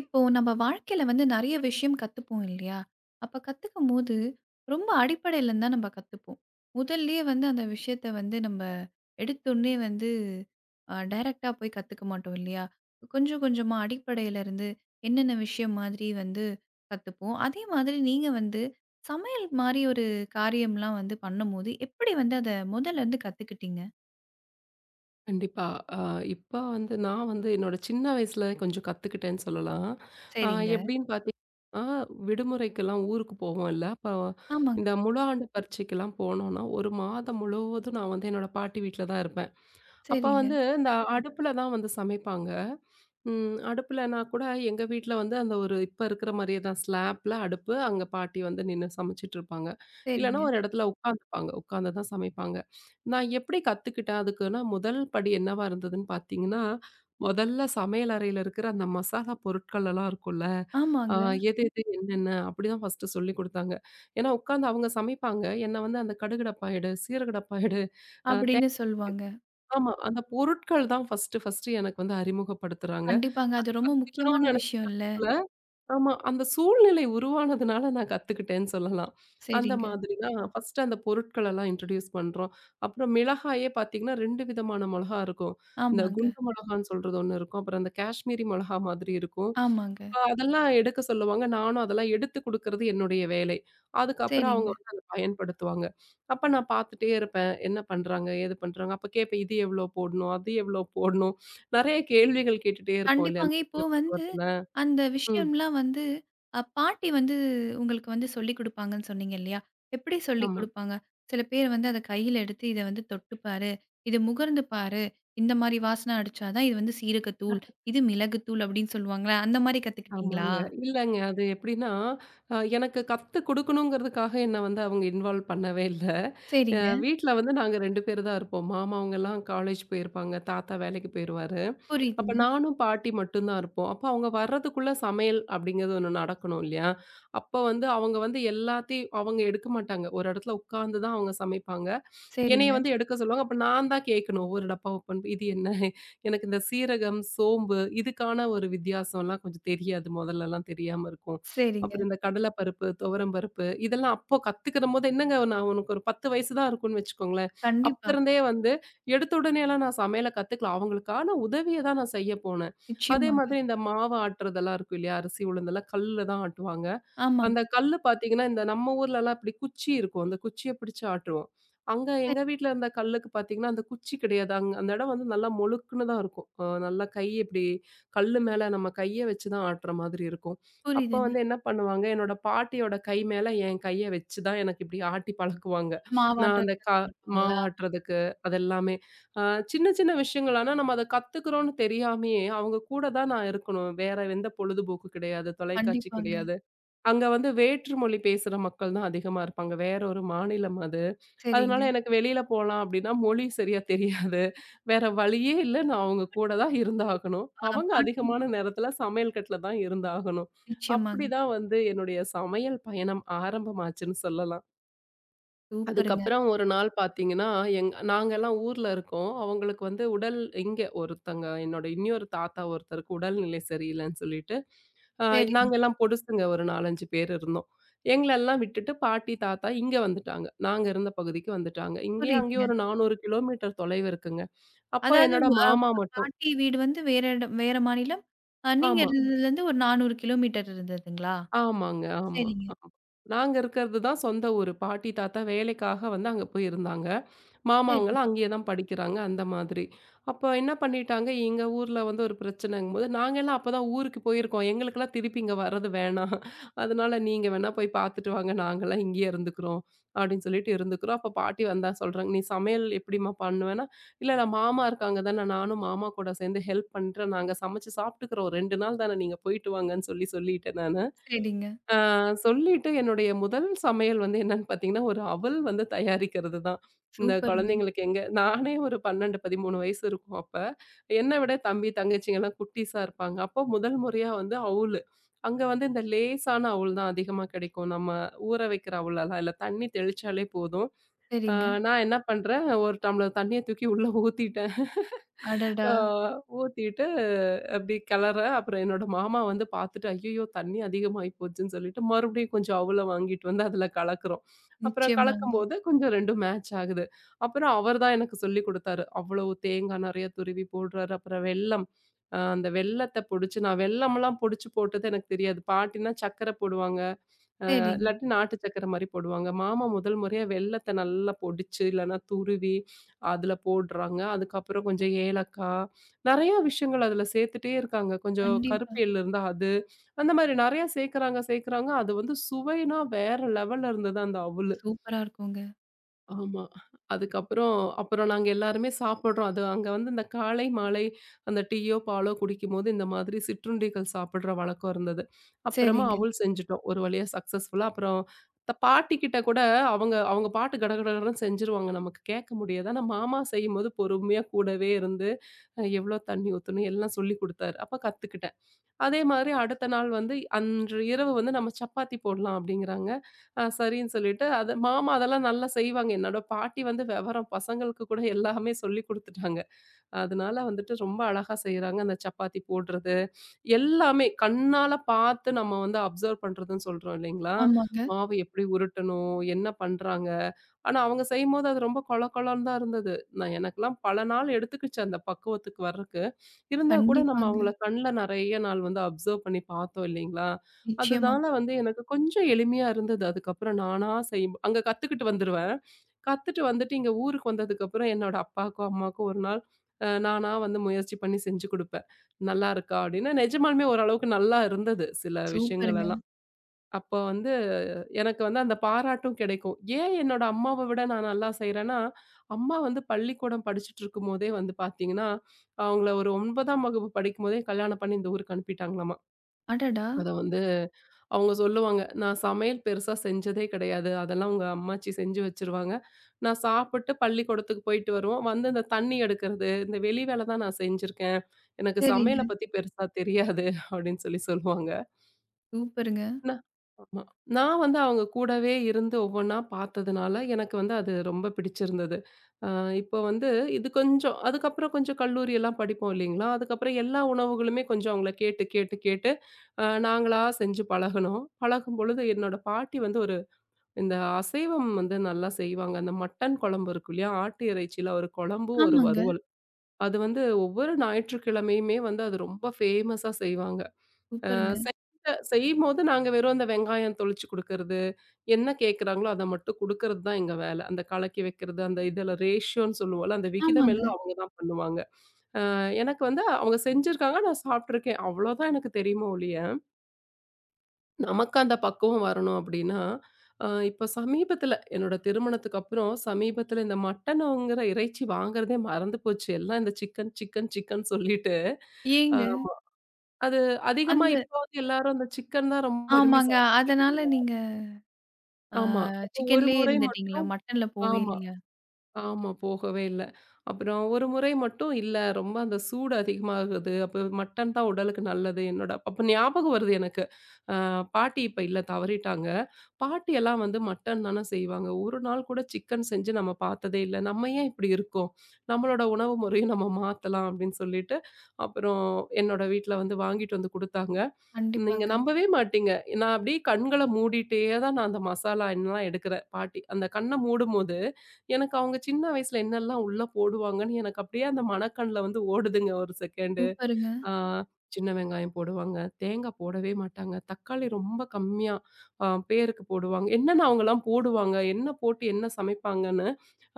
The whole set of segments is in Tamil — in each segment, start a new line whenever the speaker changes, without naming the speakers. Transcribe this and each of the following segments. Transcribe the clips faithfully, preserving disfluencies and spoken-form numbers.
இப்போ நம்ம வாழ்க்கையில வந்து நெறைய விஷயம் கத்துப்போம் இல்லையா? அப்ப கத்துக்கும்போது, ரொம்ப அடிப்படையில இருந்து தான் நம்ம கத்துப்போம். முதல்லயே வந்து அந்த விஷயத்த வந்து நம்ம எடுத்தோனே வந்து அ டைரக்ட்டா போய் கத்துக்க மாட்டோம் இல்லையா? கொஞ்சம் கொஞ்சமா அடிப்படையிலருந்து என்னென்ன விஷயம் மாதிரி வந்து கத்துப்போம். அதே மாதிரி நீங்க வந்து சமையல் மாரி ஒரு காரியம்லாம் வந்து பண்ணும்போது, எப்படி வந்து அத முதல்லருந்து கத்துக்கிட்டீங்க?
கண்டிப்பா. அ இப்ப வந்து நான் வந்து என்னோட சின்ன வயசுல கொஞ்சம் கத்துக்கிட்டேன்னு சொல்லலாம். அ
சரிங்க.
எப்படின்னு பார்த்தீங்கன்னா, விடுமுறைக்கெல்லாம் ஊருக்கு போவோம்ல. அப்ப
ஆமாங்க.
இந்த முழு ஆண்டு பரீட்சைக்கெல்லாம் போனோம்னா, ஒரு மாதம் முழுவதும் நான் வந்து என்னோட பாட்டி வீட்ல தான் இருப்பேன். அப்ப
சரிங்க,
வந்து இந்த அடுப்புல தான் வந்து சமைப்பாங்க. ம். அடுப்புலனா கூட எங்க வீட்ல வந்து அந்த ஒரு இப்ப இருக்கிற மாரியே தான் ஸ்லாப்ல அடுப்பு, அங்க பாட்டி வந்து நின்னு சமைச்சுட்ருப்பாங்க. இல்லன்னா
சரிங்க.
ஒரு இடத்துல உட்காந்துப்பாங்க. உட்காந்து தான் சமைப்பாங்க. நான் எப்படி கத்துக்கிட்டேன் அதுக்குன்னா, முதல் படி என்னவா இருந்ததுன்னு பார்த்தீங்கன்னா, முதல்ல சமையல் அறையில இருக்கிற அந்த மசாலா பொருட்கள் எல்லாம் இருக்கும்ல, அ
ஆமாங்க.
எது எது என்னென்ன அப்படிதான் ஃபர்ஸ்ட்டு சொல்லிக் குடுத்தாங்க. ஏன்னா உட்காந்து அவங்க சமைப்பாங்க. என்ன வந்து அந்த கடுகு டப்பா எடு, சீரக டப்பா எடு, அ தே
அப்படின்னு சொல்வாங்க.
ஆமா. அந்த பொருட்கள் தான் ஃபர்ஸ்ட்டு, ஃபர்ஸ்ட்டு எனக்கு வந்து அறிமுகப்படுத்துறாங்க.
கண்டிப்பாங்க. அது ரொம்ப முக்கியமான
கத்துக்கணும்னு நெனச்சு
விஷயம் இல்ல.
கத்துக்கல. ஆமா. அந்த சூழ்நிலை உருவானதுனால நான் கத்துக்கிட்டேன்னு சொல்லலாம். அந்த
சரிங்க.
மாதிரி தான் ஃபர்ஸ்ட்டு அந்த பொருட்களெல்லாம் இன்ட்ரோடியூஸ் பண்றோம். அப்புறம் மிளகாயே பார்த்தீங்கன்னா, ரெண்டு விதமான மொளகா இருக்கும். இந்த
ஆமாங்க,
குண்டு மொளகான்னு சொல்றது ஒண்ணு இருக்கும். அப்புறம் அந்த காஷ்மீரி மொளகா மாதிரி இருக்கும்.
ஆமாங்க.
அ அதெல்லாம் எடுக்க சொல்லுவாங்க. நானும் அதெல்லாம் எடுத்து குடுக்கறது என்னுடைய வேலை. அதுக்கப்புறம் அவங்க
சரிங்க.
வந்து அத பயன்படுத்துவாங்க. அப்ப நான் பார்த்துட்டே இருப்பேன். என்ன பண்றாங்க? ஏது பண்றாங்க? அப்ப கேட்பேன். இது எவ்வளோ போடணும்? அது எவ்வளோ போடணும்? நெறைய கேள்விகள் கேட்டுட்டே இருப்போம் இல்லையா?
கண்டிப்பாங்க.
அந்த
இப்போ
சின்ன
வந்து
பருவத்துல.
அந்த
ம்.
விஷயம்லாம் வந்து அ பாட்டி வந்து உங்களுக்கு வந்து சொல்லிக் குடுப்பாங்கன்னு சொன்னீங்க இல்லையா? எப்படி சொல்லிக்
ஆமா,
குடுப்பாங்க? சில பேர் வந்து அத கையில எடுத்து இத வந்து தொட்டு பாரு, இது முகர்ந்து பாரு, இந்த மாரி வாசனை அடிச்சா தான் இது வந்து சீரகத்தூள், இது மிளகுத்தூள் அப்படின்னு சொல்லுவாங்கல்ல. அந்த மாரி கத்துக்கிட்டீங்களா?
ஆமாங்க. இல்லங்க. அது எப்படின்னா, அ எனக்கு கத்து குடுக்கணுங்கிறதுக்காக என்ன வந்து அவங்க இன்வால்வ் பண்ணவே இல்ல. அ
சரிங்க.
வீட்ல வந்து நாங்க ரெண்டு பேர் தான் இருப்போம். மாமாவங்கலாம் காலேஜ் போயிருப்பாங்க. தாத்தா வேலைக்கு போயிருவாரு. அப்ப
புரியுதுங்க.
நானும் பாட்டி மட்டும் தான் இருப்போம். அப்ப அவங்க வர்றதுக்குள்ள சமையல் அப்படிங்கிறது ஒண்ணு நடக்கணும் இல்லையா? அப்ப வந்து அவங்க வந்து எல்லாத்தையும் அவங்க எடுக்க மாட்டாங்க. ஒரு இடத்துல உட்கார்ந்து தான் அவங்க சமைப்பாங்க. என்னைய
சரிங்க,
வந்து எடுக்க சொல்லுவாங்க. அப்ப நான் தான் கேட்கணும். ஒவ்வொரு டப்பா ஓப்பன் இது என்ன? எனக்கு இந்த சீரகம், சோம்பு இதுக்கான ஒரு வித்தியாசம்லாம் கொஞ்சம் தெரியாது. முதல்லலாம் தெரியாம இருக்கும்.
சரிங்க.
அப்புறம் இந்த கடலை பருப்பு, துவரம் பருப்பு இதெல்லாம் அப்போ கத்துக்கிறபோது என்னங்க நான் உனக்கு ஒரு பத்து வயசு தான் இருக்கும்னு வச்சுக்கோங்களேன். அப்ப
கண்டிப்பா.
இருந்தே வந்து எடுத்த உடனேலாம் நான் சமையல கத்துக்கல. அவங்களுக்கான உதவிய தான் நான் செய்ய போனேன். அதே
நிச்சயமாங்க.
மாதிரி இந்த மாவு ஆட்டுறதெல்லாம் இருக்கும் இல்லையா? அரிசி உளுந்தெல்லாம் கல்லுல தான் ஆட்டுவாங்க. அந்த
ஆமாங்க.
கல்லு பார்த்தீங்கன்னா, இந்த நம்ம ஊர்லலாம் இப்டி குச்சி இருக்கும். அந்த குச்சிய பிடிச்சு ஆட்டுவோம். அங்க
சரி,
எங்க வீட்ல இருந்த கல்லுக்கு பார்த்தீங்கன்னா, அந்த குச்சி கிடையாது. அங் அந்த இடம் வந்து நல்லா மொழுக்குன்னு தான் இருக்கும். அ நல்லா கை இப்டி கல்லு மேல நம்ம கைய வச்சு தான் ஆட்டுற மாதிரி இருக்கும். அப்ப
புரியுதுங்க.
வந்து என்ன பண்ணுவாங்க, என்னோட பாட்டியோட கை மேல என் கைய வச்சு தான் எனக்கு இப்டி ஆட்டி பழக்குவாங்க. நான்
மாவாட்டுறது
அந்த க
கத்துக் குடுப்பாங்களா?
மாவாட்டுறதுக்கு அதெல்லாமே. அ சின்ன சின்ன விஷயங்கள். ஆனா நம்ம அத கத்துக்கிறோம்னு தெரியாமயே, அவங்க கூட தான் நான் இருக்கணும். வேற எந்த பொழுதுபோக்கு கிடையாது, தொலைக்காட்சி
கண்டிப்பாங்க.
கிடையாது. அங்க வந்து வேற்று மொழி பேசுற மக்கள் தான் அதிகமா இருப்பாங்க. வேற ஒரு மாநிலம் அது. அதனால
சரிங்க.
எனக்கு வெளியில போலாம் அப்படின்னா, மொழி சரியா தெரியாது. வேற வழியே இல்ல. நான் அவங்க கூட தான் இருந்தாகணும்.
அ
அவங்க
பாட்டி
அதிகமான நேரத்துல சமையல் கட்டுல தான் இருந்தாகணும்.
நிச்சயமாங்க.
அப்படிதான் வந்து என்னுடைய சமையல் பயணம் ஆரம்பமாச்சுன்னு சொல்லலாம்.
சூப்பருங்க.
அதுக்கப்புறம் ஒரு நாள் பார்த்தீங்கன்னா, எங் நாங்கலாம் ஊர்ல இருக்கோம். அவங்களுக்கு வந்து உடல் இங்க ஒருத்தங்க என்னோட இன்னொரு தாத்தா ஒருத்தருக்கு உடல்நிலை சரியில்லன்னு சொல்லிட்டு, அ
சரிங்க.
நாங்கலாம் பொடுசுங்க ஒரு நான்கு, அஞ்சு பேர் இருந்தோம். எங்களெல்லாம் விட்டுட்டு பாட்டி, தாத்தா இங்க வந்துட்டாங்க. நாங்க இருந்த பகுதிக்கு வந்துட்டாங்க. இங்கேயும் அங்கேயும்
புரியுதுங்க.
ஒரு நானூறு கிலோமீட்டர் தொலைவு இருக்குங்க. அப்போ
அதாவது
என்னோட
உங்க அ
மாமா மட்டும்
பாட்டி வீடு வந்து வேற இடம் வேற மாநிலம். அ நீங்க
ஆமா.
இருந்ததுலருந்து ஒரு நானூறு கிலோமீட்டர் இருந்ததுங்களா?
ஆமாங்க. ஆமா,
சரிங்க,
ஆமா. நாங்க இருக்கிறது தான் சொந்த ஊரு. பாட்டி, தாத்தா வேலைக்காக வந்து அங்க போய் இருந்தாங்க. மாமா அவங்கலாம்
சரிங்க,
அங்கேயே தான் படிக்கிறாங்க, அந்த மாதிரி. அப்ப என்ன பண்ணிட்டாங்க, எங்க ஊர்ல வந்து ஒரு பிரச்சனைங்கும்போது, நாங்கலாம் அப்ப தான் ஊருக்கு போயிருக்கோம். எங்களுக்கெல்லாம் திருப்பி இங்க வர்றது வேணாம். அதனால நீங்க வேணா போய் பார்த்துட்டு வாங்க, நாங்கலாம் இங்கேயே இருந்துக்கிறோம், அப்படின்னு சொல்லிட்டு இருந்துக்கிறோம். அப்ப பாட்டி வந்தா சொல்றாங்க, "நீ சமையல் எப்படிம்மா பண்ணுவேன்னா?" "இல்ல, இல்ல மாமா இருக்காங்க தானே, நானும் மாமா கூட சேர்ந்து ஹெல்ப் பண்றேன். நாங்க சமைச்சு சாப்பிட்டுக்கிறோம். ரெண்டு நாள் தானே, நீங்க போயிட்டு வாங்கன்னு" சொல்லி சொல்லிட்டேன் நானு.
சரிங்க.
ஆ சொல்லிட்டு என்னுடைய முதல் சமையல் வந்து என்னன்னு பார்த்தீங்கன்னா, ஒரு அவல் வந்து தயாரிக்கிறது தான். இந்த
சூப்பருங்க.
குழந்தைங்களுக்கு எங்க நானே ஒரு பன்னிரண்டு, பதிமூன்று வயசு இருக்கும் அப்ப. என்ன விட தம்பி, தங்கச்சிங்கலாம் குட்டீஸா இருப்பாங்க. அப்போ முதல் முறையா வந்து அவுலு. அங்க வந்து இந்த லேசான அவுல் தான் அதிகமா கிடைக்கும். நம்ம ஊற வைக்கிற அவுலெல்லாம் இல்ல. தண்ணி தெளிச்சாலே போதும். ஆ
சரிங்க.
நான் என்ன பண்றேன், ஒரு டம்ளர் தண்ணிய தூக்கி உள்ள ஊத்திட்டேன்.
அடடா!
ஆ ஊத்திட்டு அப்படி கிளற, அப்புறம் என்னோட மாமா வந்து பார்த்துட்டு, "ஐயய்யோ! தண்ணி அதிகமாயி போச்சுன்னு" சொல்லிட்டு, மறுபடியும் கொஞ்சம் அவல வாங்கிட்டு வந்து அதில கலக்குறோம். அப்புறம்
நிச்சயமாங்க.
கலக்கும்போது கொஞ்சம் 2ம் மேட்ச் ஆகுது. அப்புறம் அவர் தான் எனக்கு சொல்லிக் குடுத்தாரு. அவ்வளவு தேங்காய் நெறைய துருவி போடுறாரு. அப்புறம் வெல்லம். அ அந்த வெல்லத்த பொடிச்சு நான் வெல்லம்லாம் பொடிச்சு போட்டது எனக்கு தெரியாது. பாட்டினா சர்க்கரை போடுவாங்க.
சரிங்க.
இல்லாட்டி நாட்டு சக்கரை மாரி போடுவாங்க. மாமா முதல் முறையா வெல்லத்த நல்லா பொடிச்சு, இல்லன்னா துருவி அதுல போடுறாங்க. அதுக்கப்புறம் கொஞ்சம் ஏலக்காய், நெறையா விஷயங்கள் அதுல சேர்த்துட்டே இருக்காங்க. கொஞ்சம்
கண்டிப்பா.
கருப்பு எள்ளு இருந்தா அது, அந்த மாரி நெறையா சேர்க்கறாங்க சேர்க்கறாங்க. அது வந்து சுவைனா வேற லெவல்ல இருந்தது அந்த அவுலு.
சூப்பரா இருக்குங்க.
ஆமா. அதுக்கப்புறம் அப்புறம் நாங்க எல்லாருமே சாப்பிடுறோம். அது அங்க வந்து இந்த காலை, மாலை அந்த டீயோ, பாலோ குடிக்கும்போது இந்த மாதிரி சிற்றுண்டிகள் சாப்பிடுற வழக்கம் இருந்தது. அப்புறமா
சரிங்க.
அவல் செஞ்சுட்டோம். ஒரு வழியா சக்சஸ்ஃபுல்லா. அப்புறம் த பாட்டிக்கிட்ட கூட அவங்க அவங்க பாட்டு கடகடகடன்னு செஞ்சுருவாங்க. நமக்கு கேட்க முடியாது. ஆனா, மாமா செய்யும்போது பொறுமையா கூடவே இருந்து, அ எவ்வளோ தண்ணி ஊத்தணும் எல்லாம் சொல்லிக் குடுத்தாரு. அப்ப கத்துக்கிட்டேன். அதே மாதிரி அடுத்த நாள் வந்து அன்று இரவு வந்து நம்ம சப்பாத்தி போடலாம் அப்படிங்கிறாங்க. அ சரின்னு சொல்லிட்டு அது மாமா அதெல்லாம் நல்லா செய்வாங்க. என்னோட பாட்டி வந்து விவரம் பசங்களுக்கு கூட எல்லாமே சொல்லிக் குடுத்துட்டாங்க. அதனால வந்துட்டு ரொம்ப அழகா செய்றாங்க. அந்த சப்பாத்தி போடுறது, எல்லாமே கண்ணால பார்த்து நம்ம வந்து அப்சர்வ் பண்றதுன்னு சொல்றோம் இல்லைங்களா?
ஆமாங்க.
மாவு எப்படி உருட்டணும்? என்ன பண்றாங்க? ஆனா, அவங்க செய்யும்போது அது ரொம்ப கொழ கொழன்னு தான் இருந்தது. நான் எனக்கெல்லாம் பல நாள் எடுத்துக்கிச்சு அந்த பக்குவத்துக்கு வர்றக்கு. இருந்தா கூட நம்ம
கண்டிப்பாங்க.
அவங்கள கண்ல நெறைய நாள் வந்து அப்சர்வ் பண்ணி பார்த்தோம் இல்லைங்களா?
நிச்சயமா.
அதுனால வந்து எனக்கு கொஞ்சம் எளிமையா இருந்தது. அதுக்கப்புறம் நானா செய்யும் அங்க கத்துக்கிட்டு வந்துருவேன். கத்துட்டு வந்துட்டு இங்க ஊருக்கு வந்ததுக்கப்புறம் என்னோட அப்பாவுக்கும், அம்மாவுக்கும் ஒரு நாள் அ நானா வந்து முயற்சி பண்ணி செஞ்சு குடுப்பேன். "நல்லாருக்கா?" அப்டின்னா, நெஜமாலுமே ஓரளவுக்கு நல்லா இருந்தது சில விஷயங்கள்
சூப்பருங்க.
எல்லாம். அப்போ வந்து எனக்கு வந்து அந்த பாராட்டும் கிடைக்கும். ஏன் என்னோட அம்மாவ விட நான் நல்லா செய்றேன்னா, அம்மா வந்து பள்ளிக்கூடம் படிச்சுட்டு இருக்கும்போதே வந்து பார்த்தீங்கன்னா, அவங்கள ஒரு 9ஆம் வகுப்பு படிக்கும்போதே கல்யாணம் பண்ணி இந்த ஊருக்கு அனுப்பிட்டாங்களாமா.
அடடா!
அத வந்து அவங்க சொல்லுவாங்க. நான் சமையல் பெருசா செஞ்சதே கிடையாது. அதெல்லாம் உங்க அம்மாச்சி செஞ்சு வச்சுருவாங்க. நான் சாப்பிட்டு பள்ளிக்கூடத்துக்கு போயிட்டு வருவோம். வந்து இந்த தண்ணி எடுக்கிறது, இந்த வெளி வேல தான் நான் செஞ்சிருக்கேன். எனக்கு சமையல
சரிங்க.
பத்தி பெருசா தெரியாது அப்படின்னு சொல்லி சொல்லுவாங்க.
சூப்பருங்க.
நா ஆமா. நான் வந்து அவங்க கூடவே இருந்து ஒவ்வொன்னா பார்த்ததுனால, எனக்கு வந்து அது ரொம்ப பிடிச்சிருந்தது. அ இப்போ வந்து இது கொஞ்சம் அதுக்கப்புறம் கொஞ்சம் கல்லூரியெல்லாம் படிப்போம் இல்லைங்களா? அதுக்கப்புறம் எல்லா உணவுகளுமே கொஞ்சம் அவங்கள கேட்டு, கேட்டு, கேட்டு அ நாங்களா செஞ்சு பழகுனோம். பழகும்பொழுது என்னோட பாட்டி வந்து ஒரு இந்த அசைவம் வந்து நல்லா செய்வாங்க. அந்த மட்டன் குழம்பு இருக்கும் இல்லையா? ஆட்டு இறைச்சியில ஒரு குழம்பும், ஒரு
ஆமாங்க.
வறுவல். அது வந்து ஒவ்வொரு ஞாயிற்றுக்கிழமையுமே வந்து அது ரொம்ப ஃபேமஸா செய்வாங்க. அ
சூப்பருங்க.
செய்த செய்யும்போது நாங்க வெறும் அந்த வெங்காயம் தொளிச்சு குடுக்கறது, என்ன கேட்கறாங்களோ அத மட்டும் குடுக்கறது தான் எங்க வேல. அந்த கலக்கி வைக்கிறது, அந்த இதுல ரேஷியோன்னு சொல்லுவோம்ல, அந்த விகிதம்
ஆமாங்க.
எல்லாம் அவங்க தான் பண்ணுவாங்க. அ எனக்கு வந்து அவங்க செஞ்சிருக்காங்க, நான் சாப்ட்டுருக்கேன். அவ்வளோதான் எனக்கு தெரியுமே ஒழிய, நமக்கு அந்த பக்குவம் வரணும் அப்டின்னா, அ இப்ப சமீபத்துல என்னோட திருமணத்துக்கு அப்புறம் சமீபத்துல இந்த மட்டனுங்கிற இறைச்சி வாங்குறதே மறந்து போச்சு. எல்லாம் இந்த சிக்கன், சிக்கன், சிக்கன் சொல்லிட்டு, அ
ஏங்க?
அது அதிகமா
அந்த
இப்போ வந்து எல்லாரும் அந்த சிக்கன் தான் ரொம்ப விரும்பி
ஆமாங்க.
சாப்பிடுறாங்க.
அதனால நீங்க அ
ஆமா. அப்போ ஒரு
சிக்கன்லயே
முறை மட்
இருந்துட்டீங்களா? மட்டன்ல போவே
ஆமா.
இல்லையா?
ஆமா. போகவே இல்ல. அப்புறம் ஒரு முறை மட்டும் இல்ல ரொம்ப அந்த சூடு அதிகமாகுது. அப்ப மட்டன் தான் உடலுக்கு நல்லது. என்னோட அப்ப ஞாபகம் வருது எனக்கு. அ பாட்டி இப்ப இல்ல தவறிட்டாங்க. பாட்டியெல்லாம் வந்து மட்டன் தானே செய்வாங்க. ஒரு நாள் கூட சிக்கன் செஞ்சு நம்ம பார்த்ததே இல்ல. நம்ம ஏன் இப்படி இருக்கோம்? நம்மளோட உணவு முறையும் நம்ம மாத்தலாம் அப்படின்னு சொல்லிட்டு, அப்புறம் என்னோட வீட்ல வந்து வாங்கிட்டு வந்து குடுத்தாங்க. நீங்க
கண்டிப்பாங்க.
நம்பவே மாட்டீங்க. நான் அப்படியே கண்கள மூடிட்டே தான் நான் அந்த மசாலா எல்லாம் எடுக்கிறேன். பாட்டி அந்த கண்ண மூடும்போது எனக்கு அவங்க சின்ன வயசுல என்னெல்லாம் உள்ள போடுவாங்கன்னு எனக்கு அப்படியே அந்த மனக்கண்ல வந்து ஓடுதுங்க ஒரு செகண்டு.
சூப்பருங்க,
ஆ சின்ன வெங்காயம் போடுவாங்க, தேங்காய் போடவே மாட்டாங்க, தக்காளி ரொம்ப கம்மியா அ பேருக்கு போடுவாங்க. என்னென்ன அவங்கலாம் போடுவாங்க, என்ன போட்டு என்ன சமைப்பாங்கன்னு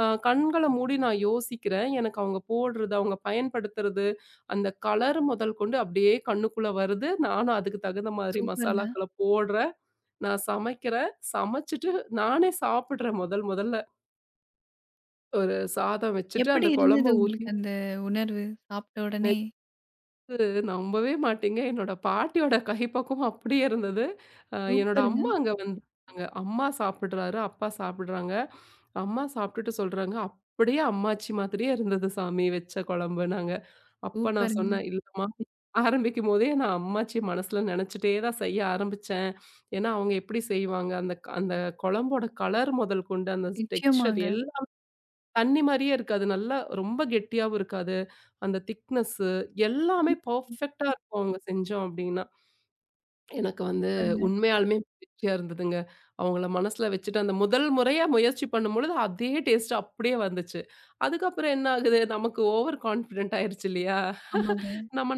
அ கண்கள மூடி நான் யோசிக்கிறேன். எனக்கு அவங்க போடுறது, அவங்க பயன்படுத்துறது, அந்த கலர் முதல் கொண்டு அப்படியே கண்ணுக்குள்ள வருது. நானும் அதுக்கு தகுந்த மாதிரி
சூப்பருங்க.
மசாலாக்கள போடுறேன். நான் சமைக்கிறேன். சமைச்சுட்டு நானே சாப்பிடுறேன் முதல் முதல்ல. ஒரு சாதம் வச்சுட்டு,
எப்படி
அந்த
இருந்தது
குழம்ப ஊத்தி
உங்களுக்கு அந்த உணர்வு? சாப்பிட்ட உடனே?
நேத்து நம்பவே மாட்டீங்க, என்னோட பாட்டியோட கைப்பக்குவம் அப்படியே இருந்தது. அ என்னோட
சூப்பருங்க,
அம்மா அங்க வந்தாங்க. அம்மா சாப்பிடுறாரு, அப்பா சாப்பிடுறாங்க. அம்மா சாப்பிட்டுட்டு சொல்றாங்க, "அப்படியே அம்மாச்சி மாதிரியே இருந்தது சாமி வச்ச குழம்புனாங்க." அப்ப நான்
சூப்பருங்க.
சொன்னேன், "இல்லம்மா" ஆரம்பிக்கும்போதே நான் அம்மாச்சி மனசுல நெனச்சுட்டே தான் செய்ய ஆரம்பிச்சேன். ஏன்னா, அவங்க எப்படி செய்வாங்க? அந்த க அந்த குழம்போட கலர் முதல் கொண்டு அந்த டெக்ஸ்சர்
நிச்சயமாங்க.
எல்லாம் தண்ணி மாரியே இருக்காது. நல்லா ரொம்ப கெட்டியாவும் இருக்காது. அந்த திக்னஸ்ஸு
கண்
எல்லாமே பெர்ஃபெக்ட்டா இருக்கும் அவங்க செஞ்சோம் அப்டின்னா. எனக்கு வந்து
சூப்பருங்க.
உண்மையாலுமே மகிழ்ச்சியா இருந்ததுங்க. அவங்கள மனசுல வச்சுட்டு அந்த முதல் முறையா முயற்சி பண்ணும்பொழுது அதே டேஸ்ட் அப்டியே வந்துச்சு. அதுக்கப்புறம் என்ன ஆகுது நமக்கு ஓவர் கான்ஃபிடென்ட் ஆயிருச்சு இல்லையா?
ஆமாங்க.
நம்ம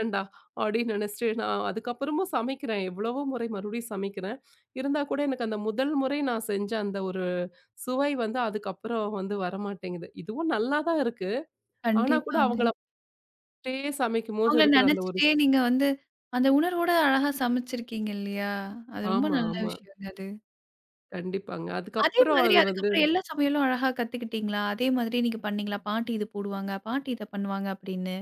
"வேண்டா" அப்படின்னு நினைச்சுட்டு நான் அதுக்கப்புறமும் சமைக்கிறேன். எவ்வளவோ முறை மறுபடியும் சமைக்கிறேன். இருந்தா கூட எனக்கு அந்த முதல் முறை நான் செஞ்ச அந்த ஒரு சுவை வந்து அதுக்கப்புறம் வந்து வரமாட்டேங்குது. இதுவும் நல்லா தான் இருக்கு. ஆனா கூட
கண்டிப்பாங்க.
அவங்கள போட்டே சமைக்கும்போது
அவங்கள
இருக்கிற அந்த ஒரு
நெனச்சுட்டே
சு-
நீங்க வந்து அந்த உணர்வோட அழகா சமைச்சிருக்கீங்க இல்லையா? அது ரொம்ப
ஆமா,
நல்ல
ஆமா.
விஷயங்க அது.
கண்டிப்பாங்க.
அதே
அதுக்கப்புறம்
மாதிரி
அது வந்து
அதுக்கப்புறம் எல்லா சமையலும் அழகா கத்துக்கிட்டீங்களா? அதே மாதிரி நீங்க பண்ணீங்களா? பாட்டி இது போடுவாங்க, பாட்டி இத பண்ணுவாங்க அப்படின்னு?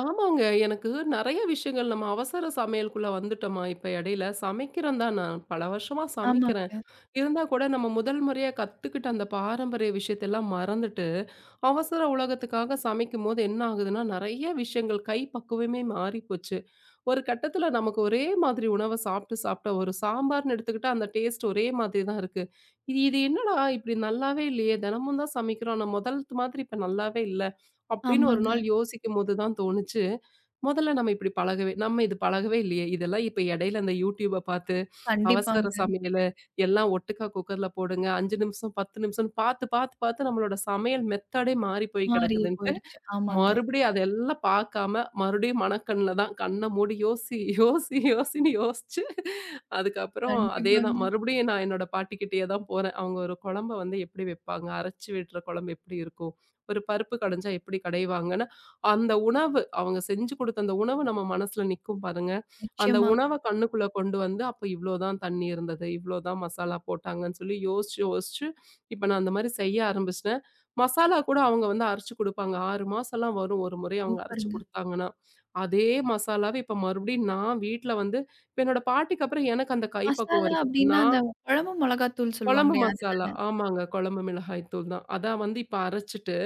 ஆமாங்க. எனக்கு நெறைய விஷயங்கள் நம்ம அவசர சமையலுக்குள்ள வந்துட்டோமா இப்ப இடையில. சமைக்கிறேன் தான் நான் பல வருஷமா சமைக்கிறேன்.
ஆமாங்க,
இருந்தா கூட நம்ம முதல் முறையா கத்துக்கிட்ட அந்த பாரம்பரிய விஷயத்தெல்லாம் மறந்துட்டு அவசர உலகத்துக்காக சமைக்கும்போது என்ன ஆகுதுன்னா, நெறைய விஷயங்கள் கை பக்குவமே மாறி போச்சு. ஒரு கட்டத்தில நமக்கு ஒரே மாதிரி உணவ சாப்பிட்டு, சாப்பிட்டு ஒரு சாம்பார்ன்னு எடுத்துக்கிட்டா அந்த டேஸ்ட் ஒரே மாதிரி தான் இருக்கு. இது இது என்னடா இப்படி நல்லாவே இல்லையே! தினமும் தான் சமைக்கிறோம். ஆனா முதல்த்து மாதிரி இப்ப நல்லாவே இல்ல. அப்படின்னு ஒரு
ஆமாங்க.
நாள் யோசிக்கும்போது தான் தோணுச்சு, முதல்ல நம்ம இப்படி பழகவே நம்ம இது பழகவே இல்லையே! இதெல்லாம் இப்ப இடையில அந்த YouTubeப பார்த்து அவசர
கண்டிப்பாங்க.
சமையலு, எல்லாம் ஒட்டுக்கா குக்கர்ல போடுங்க. அஞ்சு நிமிஷம், பத்து நிமிஷம்ன்னு பார்த்து, பார்த்து, பார்த்து நம்மளோட சமையல் மெத்தடே மாறி போய்
மாறியே
கிடக்குதுன்ட்டு,
போயிடுச்சு. ஆமாங்க.
மறுபடியும் அதெல்லாம் பார்க்காம, மறுபடியும் மனக்கண்ல தான் கண்ண மூடி யோசி, யோசி, யோசின்னு யோசிச்சு, அதுக்கப்புறம் அதேதான்
கண்டிப்பாங்க.
மறுபடியும் நான் என்னோட பாட்டிக்கிட்டயே தான் போறேன். அவங்க ஒரு குழம்ப வந்து எப்படி வைப்பாங்க? அரைச்சு விடுற குழம்பு எப்படி இருக்கும்? ஒரு பருப்பு கடைஞ்சா எப்படி கடைவாங்கன்னு, அந்த உணவு அவங்க செஞ்சு குடுத்த அந்த உணவு நம்ம மனசுல நிக்கும் பாருங்க. அந்த
நிச்சயமா.
உணவ கண்ணுக்குள்ள கொண்டு வந்து, அப்ப இவ்ளோ தான் தண்ணி இருந்தது, இவ்ளோ தான் மசாலா போட்டாங்கன்னு சொல்லி யோசிச்சு, யோசிச்சு இப்ப நான் அந்த மாரி செய்ய ஆரம்பிச்சுட்டேன். மசாலா கூட அவங்க வந்து அரைச்சு குடுப்பாங்க. ஆறு மாசம்லாம் வரும் ஒரு முறை அவங்க அரைச்சு
சூப்பருங்க.
குடுத்தாங்கன்னா. அதே மசாலாவ இப்ப மறுபடியும் நான் வீட்ல வந்து இப்ப என்னோட பாட்டிக்கு அப்புறம் எனக்கு அந்த கைப்பக்குவம்
மசாலா
இருக்கு. இப்ப
அப்டின்னா,
நான்
அந்த குழம்பு மிளகாத்தூள்
குழம்பு
சொல்லுவாங்களே
மசாலா
அதுதானே?
ஆமாங்க. குழம்பு மிளகாய் தூள் தான். அதான் வந்து இப்ப அரைச்சுட்டு,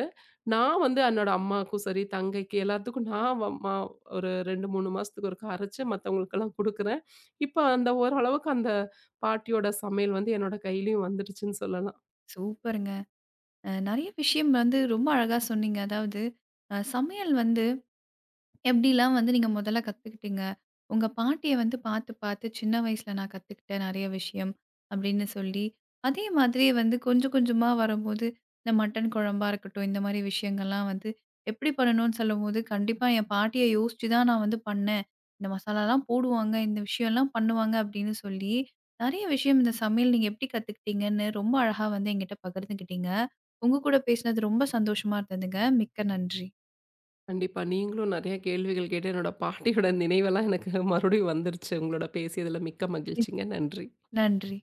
நான் வந்து என்னோட அம்மாக்கும் சரி, தங்கைக்கு எல்லாத்துக்கும் நான் வ மா ஒரு ரெண்டு, மூணு மாசத்துக்கு ஒருக்கா அரைச்சு மத்தவங்களுக்கெல்லாம் குடுக்குறேன். இப்ப அந்த ஓரளவுக்கு அந்த பாட்டியோட சமையல் வந்து என்னோட கையிலயும் வந்துடுச்சுன்னு சொல்லலாம்.
சூப்பருங்க. அ நெறைய விஷயம் வந்து ரொம்ப அழகா சொன்னீங்க. அதாவது, அ சமையல் வந்து எப்படிலாம் வந்து நீங்க முதல்ல கத்துக்கிட்டீங்க? உங்க பாட்டிய வந்து பார்த்து, பார்த்து சின்ன வயசுல நான் கத்துக்கிட்டேன் நெறைய விஷயம் அப்படின்னு சொல்லி, அதே மாதிரி வந்து கொஞ்சம் கொஞ்சமா வரும்போது, இந்த மட்டன் குழம்பா இருக்கட்டும், இந்த மாரி விஷயங்கள்லாம் வந்து எப்படி பண்ணணும்னு சொல்லும்போது, கண்டிப்பா என் பாட்டிய யோசிச்சு தான் நான் வந்து பண்ணேன். இந்த மசாலாலாம் போடுவாங்க, இந்த விஷயம்லாம் பண்ணுவாங்க அப்படின்னு சொல்லி, நெறைய விஷயம் இந்த சமையல் நீங்க எப்படி கத்துக்கிட்டீங்கன்னு ரொம்ப அழகா வந்து என்கிட்ட பகிர்ந்துக்கிட்டீங்க. உங்க கூட பேசினது ரொம்ப சந்தோஷமா இருந்ததுங்க. மிக்க நன்றி.
கண்டிப்பா. நீங்களும் நெறைய கேள்விகள் கேட்டு என்னோட பாட்டியோட நினைவெல்லாம் எனக்கு மறுபடியும் வந்துருச்சு. உங்களோட பேசியதுல மிக்க
மிக்
மகிழ்ச்சிங்க. நன்றி.
நன்றி.